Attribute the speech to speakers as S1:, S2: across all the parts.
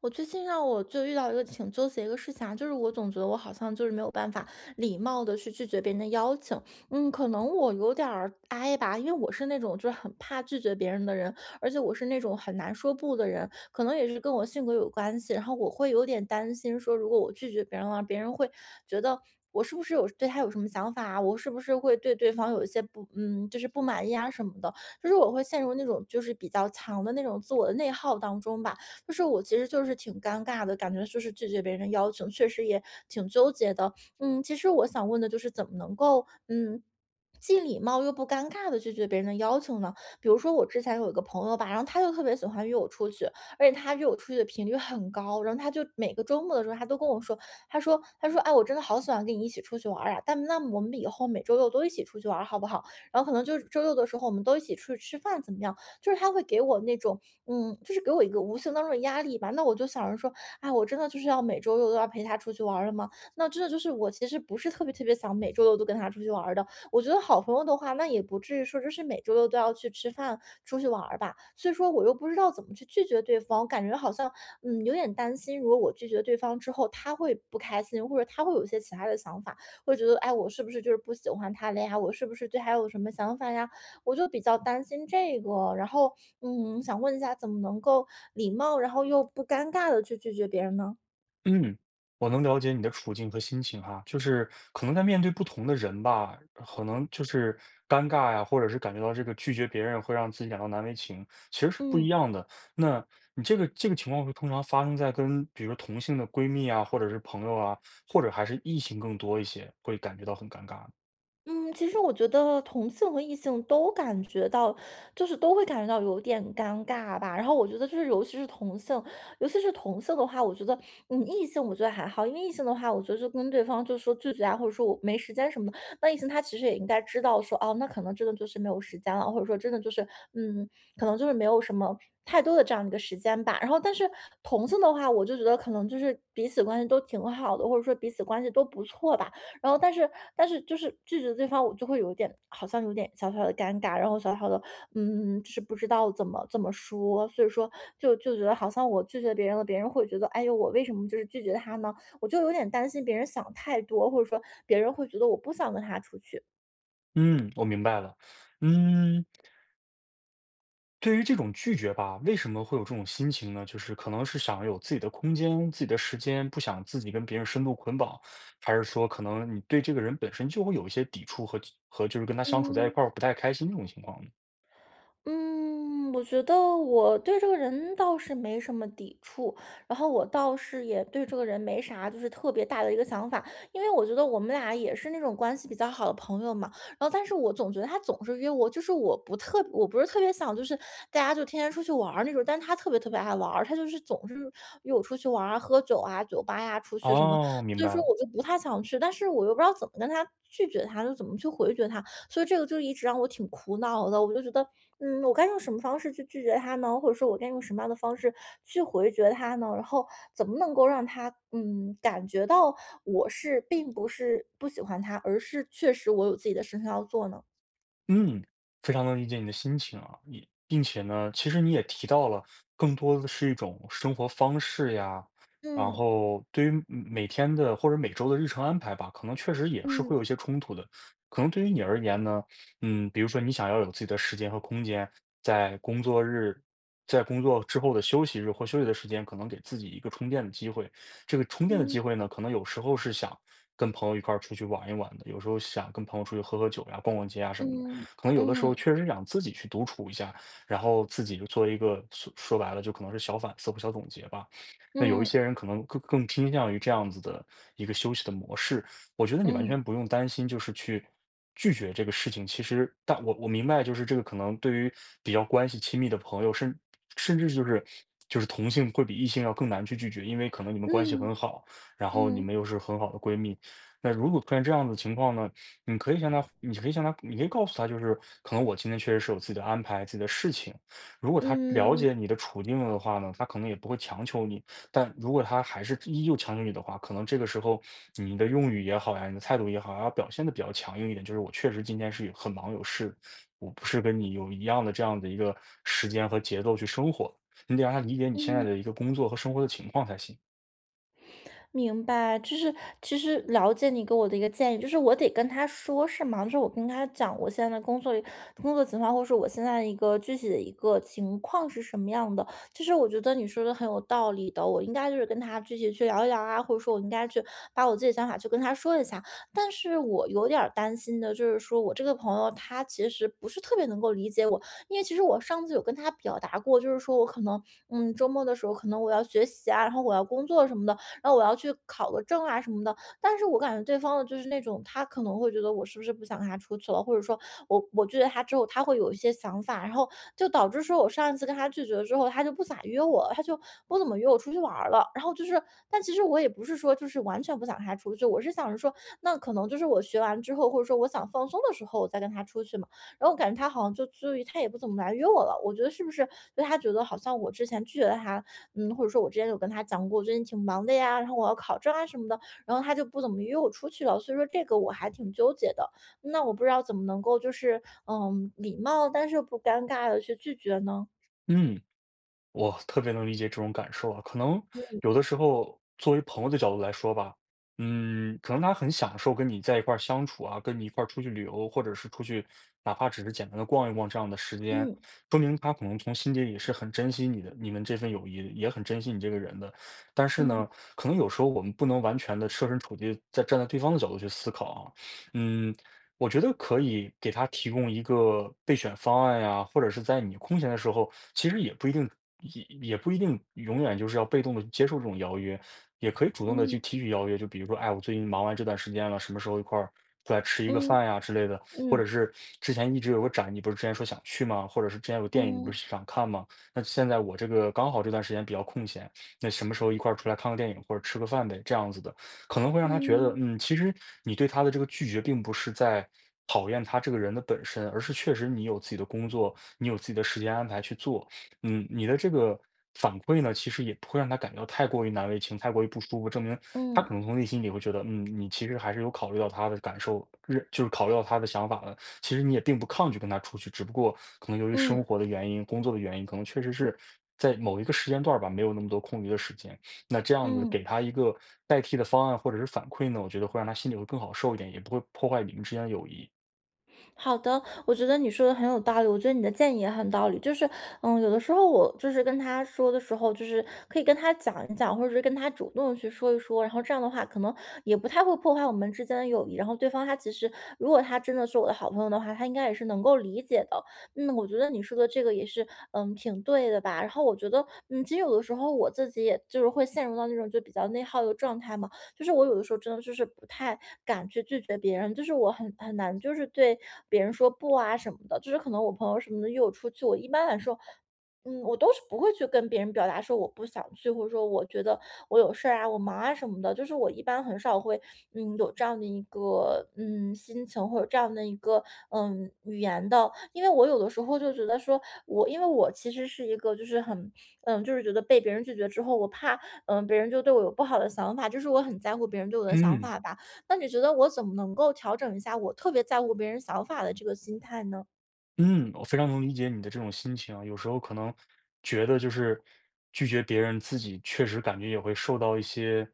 S1: 我最近就遇到一个挺纠结一个事情啊，就是我总觉得我好像就是没有办法礼貌的去拒绝别人的邀请，可能我有点儿 i 吧，因为我是那种就是很怕拒绝别人的人，而且我是那种很难说不的人，可能也是跟我性格有关系。然后我会有点担心说，如果我拒绝别人了，别人会觉得，我是不是有对他有什么想法啊？我是不是会对对方有一些不，嗯，就是不满意啊什么的？就是我会陷入那种就是比较强的那种自我的内耗当中吧。就是我其实就是挺尴尬的，感觉就是拒绝别人的邀请，确实也挺纠结的。嗯，其实我想问的就是怎么能够，既礼貌又不尴尬的拒绝别人的要求呢？比如说我之前有一个朋友吧，然后他就特别喜欢约我出去，而且他约我出去的频率很高，然后他就每个周末的时候，他都跟我说，他说哎，我真的好喜欢跟你一起出去玩儿啊，那么我们以后每周六都一起出去玩儿好不好？然后可能就是周六的时候，我们都一起出去吃饭怎么样？就是他会给我那种就是给我一个无形当中的压力吧。那我就想着说，哎，我真的就是要每周六都要陪他出去玩儿了吗？那真的就是我其实不是特别特别想每周六都跟他出去玩儿的。我觉得好朋友的话，那也不至于说就是每周六都要去吃饭、出去玩儿吧。所以说我又不知道怎么去拒绝对方，感觉好像有点担心，如果我拒绝对方之后，他会不开心，或者他会有一些其他的想法，会觉得哎我是不是就是不喜欢他了呀？我是不是对他有什么想法呀？我就比较担心这个，然后，想问一下怎么能够礼貌，然后又不尴尬的去拒绝别人呢？
S2: 嗯，我能了解你的处境和心情哈，就是可能在面对不同的人吧，可能就是尴尬呀，或者是感觉到这个拒绝别人会让自己感到难为情，其实是不
S1: 嗯。
S2: 一样的。那你这个情况会通常发生在跟比如说同性的闺蜜啊，或者是朋友啊，或者还是异性更多一些，会感觉到很尴尬。
S1: 嗯，其实我觉得同性和异性都感觉到，就是都会感觉到有点尴尬吧。然后我觉得就是，尤其是同性，尤其是同性的话，我觉得，异性我觉得还好，因为异性的话，我觉得就跟对方就说拒绝啊，或者说我没时间什么的。那异性他其实也应该知道说，哦，那可能真的就是没有时间了，或者说真的就是，嗯，可能就是没有什么太多的这样一个时间吧。然后，但是同性的话，我就觉得可能就是彼此关系都挺好的，或者说彼此关系都不错吧。然后但是就是拒绝对方，我就会有点好像有点小小的尴尬，然后小小的，就是不知道怎么说，所以说就觉得好像我拒绝别人了，别人会觉得，哎呦，我为什么就是拒绝他呢？我就有点担心别人想太多，或者说别人会觉得我不想跟他出去。
S2: 嗯，我明白了。嗯。对于这种拒绝吧，为什么会有这种心情呢？就是可能是想有自己的空间、自己的时间，不想自己跟别人深度捆绑，还是说可能你对这个人本身就会有一些抵触和就是跟他相处在一
S1: 嗯。
S2: 块儿不太开心这种情况呢？
S1: 嗯，我觉得我对这个人倒是没什么抵触，然后我倒是也对这个人没啥就是特别大的一个想法，因为我觉得我们俩也是那种关系比较好的朋友嘛。然后，但是我总觉得他总是约我，就是我不是特别想就是大家就天天出去玩儿那种，但是他特别特别爱玩儿他就是总是约我出去玩儿啊、喝酒啊、酒吧呀、出去什么，
S2: 哦，明
S1: 所以
S2: 白
S1: 说
S2: 了。
S1: 我就不太想去，但是我又不知道怎么跟他拒绝他，就怎么去回绝他，所以这个就一直让我挺苦恼的。我就觉得我该用什么方式去拒绝他呢？或者说我该用什么样的方式去回绝他呢？然后怎么能够让他，感觉到我是并不是不喜欢他，而是确实我有自己的事情要做呢？
S2: 嗯，非常能理解你的心情啊，也并且呢，其实你也提到了，更多的是一种生活方式呀，然
S1: 嗯
S2: 后对于每天的或者每周的日程安排吧，可能确实也是会
S1: 嗯
S2: 有一些冲突的。可能对于你而言呢，嗯，比如说你想要有自己的时间和空间，在工作日，在工作之后的休息日或休息的时间，可能给自己一个充电的机会。这个充电的
S1: 嗯
S2: 机会呢，可能有时候是想跟朋友一块儿出去玩一玩的，有时候想跟朋友出去喝喝酒呀、逛逛街啊什么的。
S1: 嗯
S2: 可能有的时候
S1: 嗯
S2: 确实想自己去独处一下，然后自己就做一个说白了就可能是小反思或小总结吧。那有一
S1: 嗯
S2: 些人可能更倾向于这样子的一个休息的模式，我觉得你完
S1: 嗯
S2: 全不用担心，就是去拒绝这个事情。其实，但我明白，就是这个可能对于比较关系亲密的朋友，甚至就是同性会比异性要更难去拒绝，因为可能你们关系很
S1: 嗯
S2: 好，然后你
S1: 嗯
S2: 们又是很好的闺蜜。那如果出现这样的情况呢？你可以告诉他，就是可能我今天确实是有自己的安排、自己的事情。如果他了
S1: 嗯。
S2: 解你的处境了的话呢，他可能也不会强求你。但如果他还是依旧强求你的话，可能这个时候你的用语也好呀，你的态度也好呀，要表现的比较强硬一点，就是我确实今天是有很忙有事，我不是跟你有一样的这样的一个时间和节奏去生活。你得让他理解你现在的一个工作和生活的情况才行。
S1: 明白，就是其实了解你给我的一个建议，就是我得跟他说，是吗？就是我跟他讲我现在的工作情况，或是我现在一个具体的一个情况是什么样的。其实我觉得你说的很有道理的，我应该就是跟他具体去聊一聊啊，或者说我应该去把我自己的想法去跟他说一下。但是我有点儿担心的就是说，我这个朋友他其实不是特别能够理解我，因为其实我上次有跟他表达过，就是说我可能周末的时候可能我要学习啊，然后我要工作什么的，然后我要去考个证啊什么的。但是我感觉对方的就是那种，他可能会觉得我是不是不想跟他出去了，或者说我拒绝他之后，他会有一些想法，然后就导致说我上一次跟他拒绝了之后，他就不咋约我了，他就不怎么约我出去玩儿了。然后就是，但其实我也不是说就是完全不想跟他出去，我是想着说，那可能就是我学完之后，或者说我想放松的时候，我再跟他出去嘛。然后我感觉他好像就他也不怎么来约我了，我觉得是不是就他觉得好像我之前拒绝了他，或者说我之前有跟他讲过，我最近挺忙的呀，然后我要考证啊什么的，然后他就不怎么约我出去了，所以说这个我还挺纠结的。那我不知道怎么能够就是，礼貌但是又不尴尬的去拒绝呢？
S2: 嗯。我特别能理解这种感受啊，可能
S1: 嗯
S2: 有的时候作为朋友的角度来说吧，嗯，可能他很享受跟你在一块儿相处啊，跟你一块儿出去旅游，或者是出去哪怕只是简单的逛一逛这样的时间，
S1: 嗯
S2: 说明他可能从心底里是很珍惜你的，你们这份友谊的也很珍惜你这个人的。但是
S1: 嗯
S2: 呢，可能有时候我们不能完全的设身处地在站在对方的角度去思考啊，嗯，我觉得可以给他提供一个备选方案呀，或者是在你空闲的时候，其实也不一定，也不一定永远就是要被动的接受这种邀约，也可以主动的去
S1: 嗯
S2: 提取邀约。就比如说，哎，我最近忙完这段时间了，什么时候一块儿出来吃一个
S1: 嗯
S2: 饭呀之类的，或者
S1: 嗯
S2: 是之前一直有个展，你不是之前说想去吗？或者是之前有个电影，你
S1: 嗯
S2: 不
S1: 嗯
S2: 是想看吗？那现在我这个刚好这段时间比较空闲，那什么时候一块儿出来看个电影或者吃个饭呗，这样子的。可能会让他觉得，
S1: 嗯
S2: 嗯，其实你对他的这个拒绝并不是在讨厌他这个人的本身，而是确实你有自己的工作，你有自己的时间安排去做，嗯，你的这个反馈呢，其实也不会让他感觉到太过于难为情，太过于不舒服，证明
S1: 嗯
S2: 他可
S1: 嗯。
S2: 能从内心里会觉得，嗯，你其实还是有考虑到他的感受，就是考虑到他的想法的。其实你也并不抗拒跟他出去，只不过可能由于
S1: 嗯嗯
S2: 生活的原因、工作的原因，可能确实是在某一个时间段儿吧，没有那么多空余的时间。那这样子
S1: 嗯，
S2: 给他一个代替的方案或者是反馈呢，我觉得会让他心里会更好受一点，也不会破坏你们之间的友谊。
S1: 好的，我觉得你说的很有道理，我觉得你的建议也很道理。就是，有的时候我就是跟他说的时候，就是可以跟他讲一讲，或者是跟他主动去说一说，然后这样的话，可能也不太会破坏我们之间的友谊。然后对方他其实，如果他真的是我的好朋友的话，他应该也是能够理解的。嗯，我觉得你说的这个也是，挺对的吧。然后我觉得，其实有的时候我自己也就是会陷入到那种就比较内耗的状态嘛。就是我有的时候真的就是不太敢去拒绝别人，就是我很难就是对别人说不啊什么的，就是可能我朋友什么的约我出去，我一般来说。我都是不会去跟别人表达说我不想去，或者说我觉得我有事儿啊，我忙啊什么的。就是我一般很少会，有这样的一个心情或者这样的一个语言的，因为我有的时候就觉得说我，因为我其实是一个就是很就是觉得被别人拒绝之后，我怕别人就对我有不好的想法，就是我很在乎别人对我的想
S2: 嗯
S1: 法吧。那你觉得我怎么能够调整一下我特别在乎别人想法的这个心态呢？
S2: 嗯，我非常能理解你的这种心情啊，有时候可能觉得就是拒绝别人，自己确实感觉也会受到一些，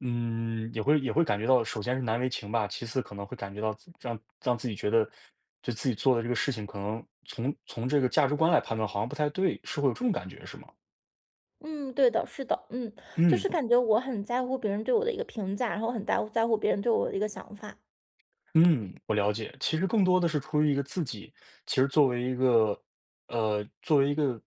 S2: 嗯，也会感觉到，首先是难为情吧，其次可能会感觉到让让自己觉得，就自己做的这个事情，可能从这个价值观来判断，好像不太对，是会有这种感觉是吗？
S1: 嗯，对的，是的，就
S2: 嗯。
S1: 是感觉我很在乎别人对我的一个评价，然后很在乎别人对我的一个想法。
S2: 嗯，我了解。其实更多的是出于一个自己，其实作为一个，作为一个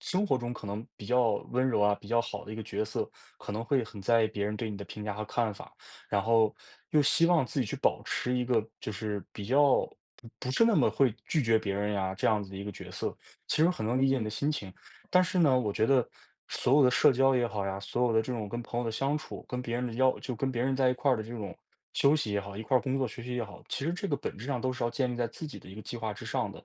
S2: 生活中可能比较温柔啊、比较好的一个角色，可能会很在意别人对你的评价和看法，然后又希望自己去保持一个就是比较不是那么会拒绝别人呀、这样子的一个角色。其实很能理解你
S1: 嗯
S2: 的心情。但是呢，我觉得所有的社交也好呀，所有的这种跟朋友的相处，跟别人的就跟别人在一块儿的这种休息也好，一块儿工作学习也好，其实这个本质上都是要建立在自己的一个计划之上的。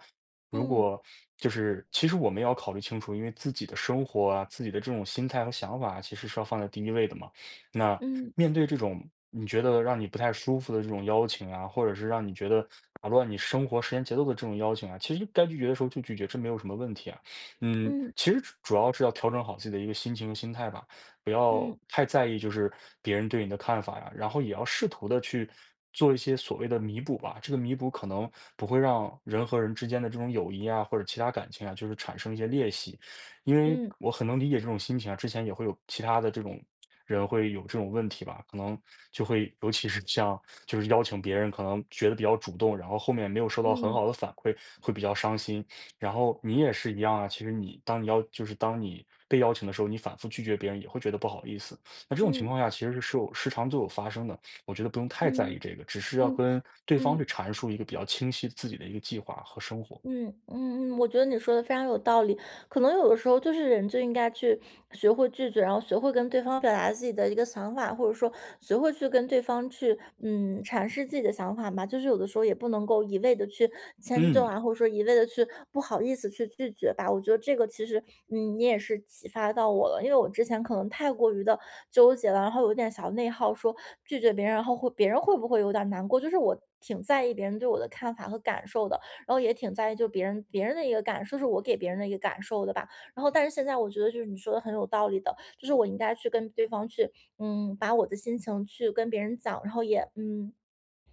S2: 如
S1: 嗯
S2: 果就是其实我们也要考虑清楚，因为自己的生活啊，自己的这种心态和想法啊其实是要放在第一位的嘛。那
S1: 嗯
S2: 面对这种你觉得让你不太舒服的这种邀请啊，或者是让你觉得打乱你生活时间节奏的这种邀请啊，其实该拒绝的时候就拒绝，这没有什么问题啊。嗯，
S1: 嗯
S2: 其实主要是要调整好自己的一个心情和心态吧，不要
S1: 嗯
S2: 太在意就是别人对你的看法呀，然后也要试图的去做一些所谓的弥补吧。这个弥补可能不会让人和人之间的这种友谊啊，或者其他感情啊，就是产生一些裂隙，因为
S1: 嗯
S2: 我很能理解这种心情啊。之前也会有其他的这种人会有这种问题吧，可能就会尤其是像就是邀请别人，可能觉得比较主动，然后后面没有收到很
S1: 嗯
S2: 好的反馈，会比较伤心。然后你也是一样啊，其实你当你邀就是当你被邀请的时候，你反复拒绝别人也会觉得不好意思。那这种
S1: 嗯
S2: 情况下，其实是有时常都有发生的。我觉得不用太在
S1: 嗯
S2: 意这个，只是要
S1: 嗯嗯
S2: 跟对方去
S1: 嗯。
S2: 阐述一个比较清晰自己的一个计划和生活。
S1: 嗯嗯嗯，我觉得你说的非常有道理。可能有的时候就是人就应该去学会拒绝，然后学会跟对方表达自己的一个想法，或者说学会去跟对方去阐释自己的想法嘛。就是有的时候也不能够一味的去迁就
S2: 嗯
S1: 啊，或者说一味的去不好意思去拒绝吧。我觉得这个其实你也是启发到我了，因为我之前可能太过于的纠结了，然后有点小内耗，说拒绝别人，然后会别人会不会有点难过？就是我挺在意别人对我的看法和感受的。然后也挺在意就别人的一个感受，是我给别人的一个感受的吧。然后但是现在我觉得就是你说的很有道理的，就是我应该去跟对方去，把我的心情去跟别人讲，然后也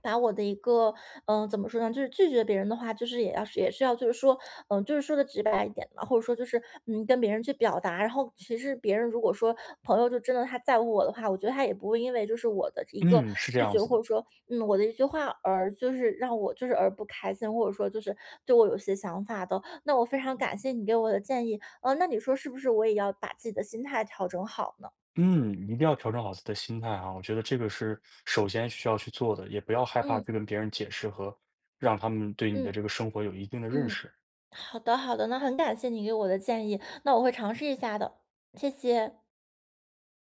S1: 把我的一个，怎么说呢，就是拒绝别人的话，就是也是要就是说，就是说的直白一点嘛，或者说就是，跟别人去表达。然后其实别人如果说朋友就真的他在乎我的话，我觉得他也不会因为就是我的一个
S2: 嗯，是这
S1: 拒
S2: 样
S1: 绝，
S2: 子
S1: 或
S2: 的。
S1: 者说，我的一句话而就是让我就是而不开心，或者说就是对我有些想法的。那我非常感谢你给我的建议，那你说是不是我也要把自己的心态调整好呢？
S2: 嗯，一定要调整好自己的心态啊，我觉得这个是首先需要去做的，也不要害怕
S1: 嗯
S2: 去跟别人解释和让他们对你的这
S1: 嗯
S2: 个生活有一定的认
S1: 嗯。
S2: 识。
S1: 好的，好的，那很感谢你给我的建议，那我会尝试一下的，谢谢。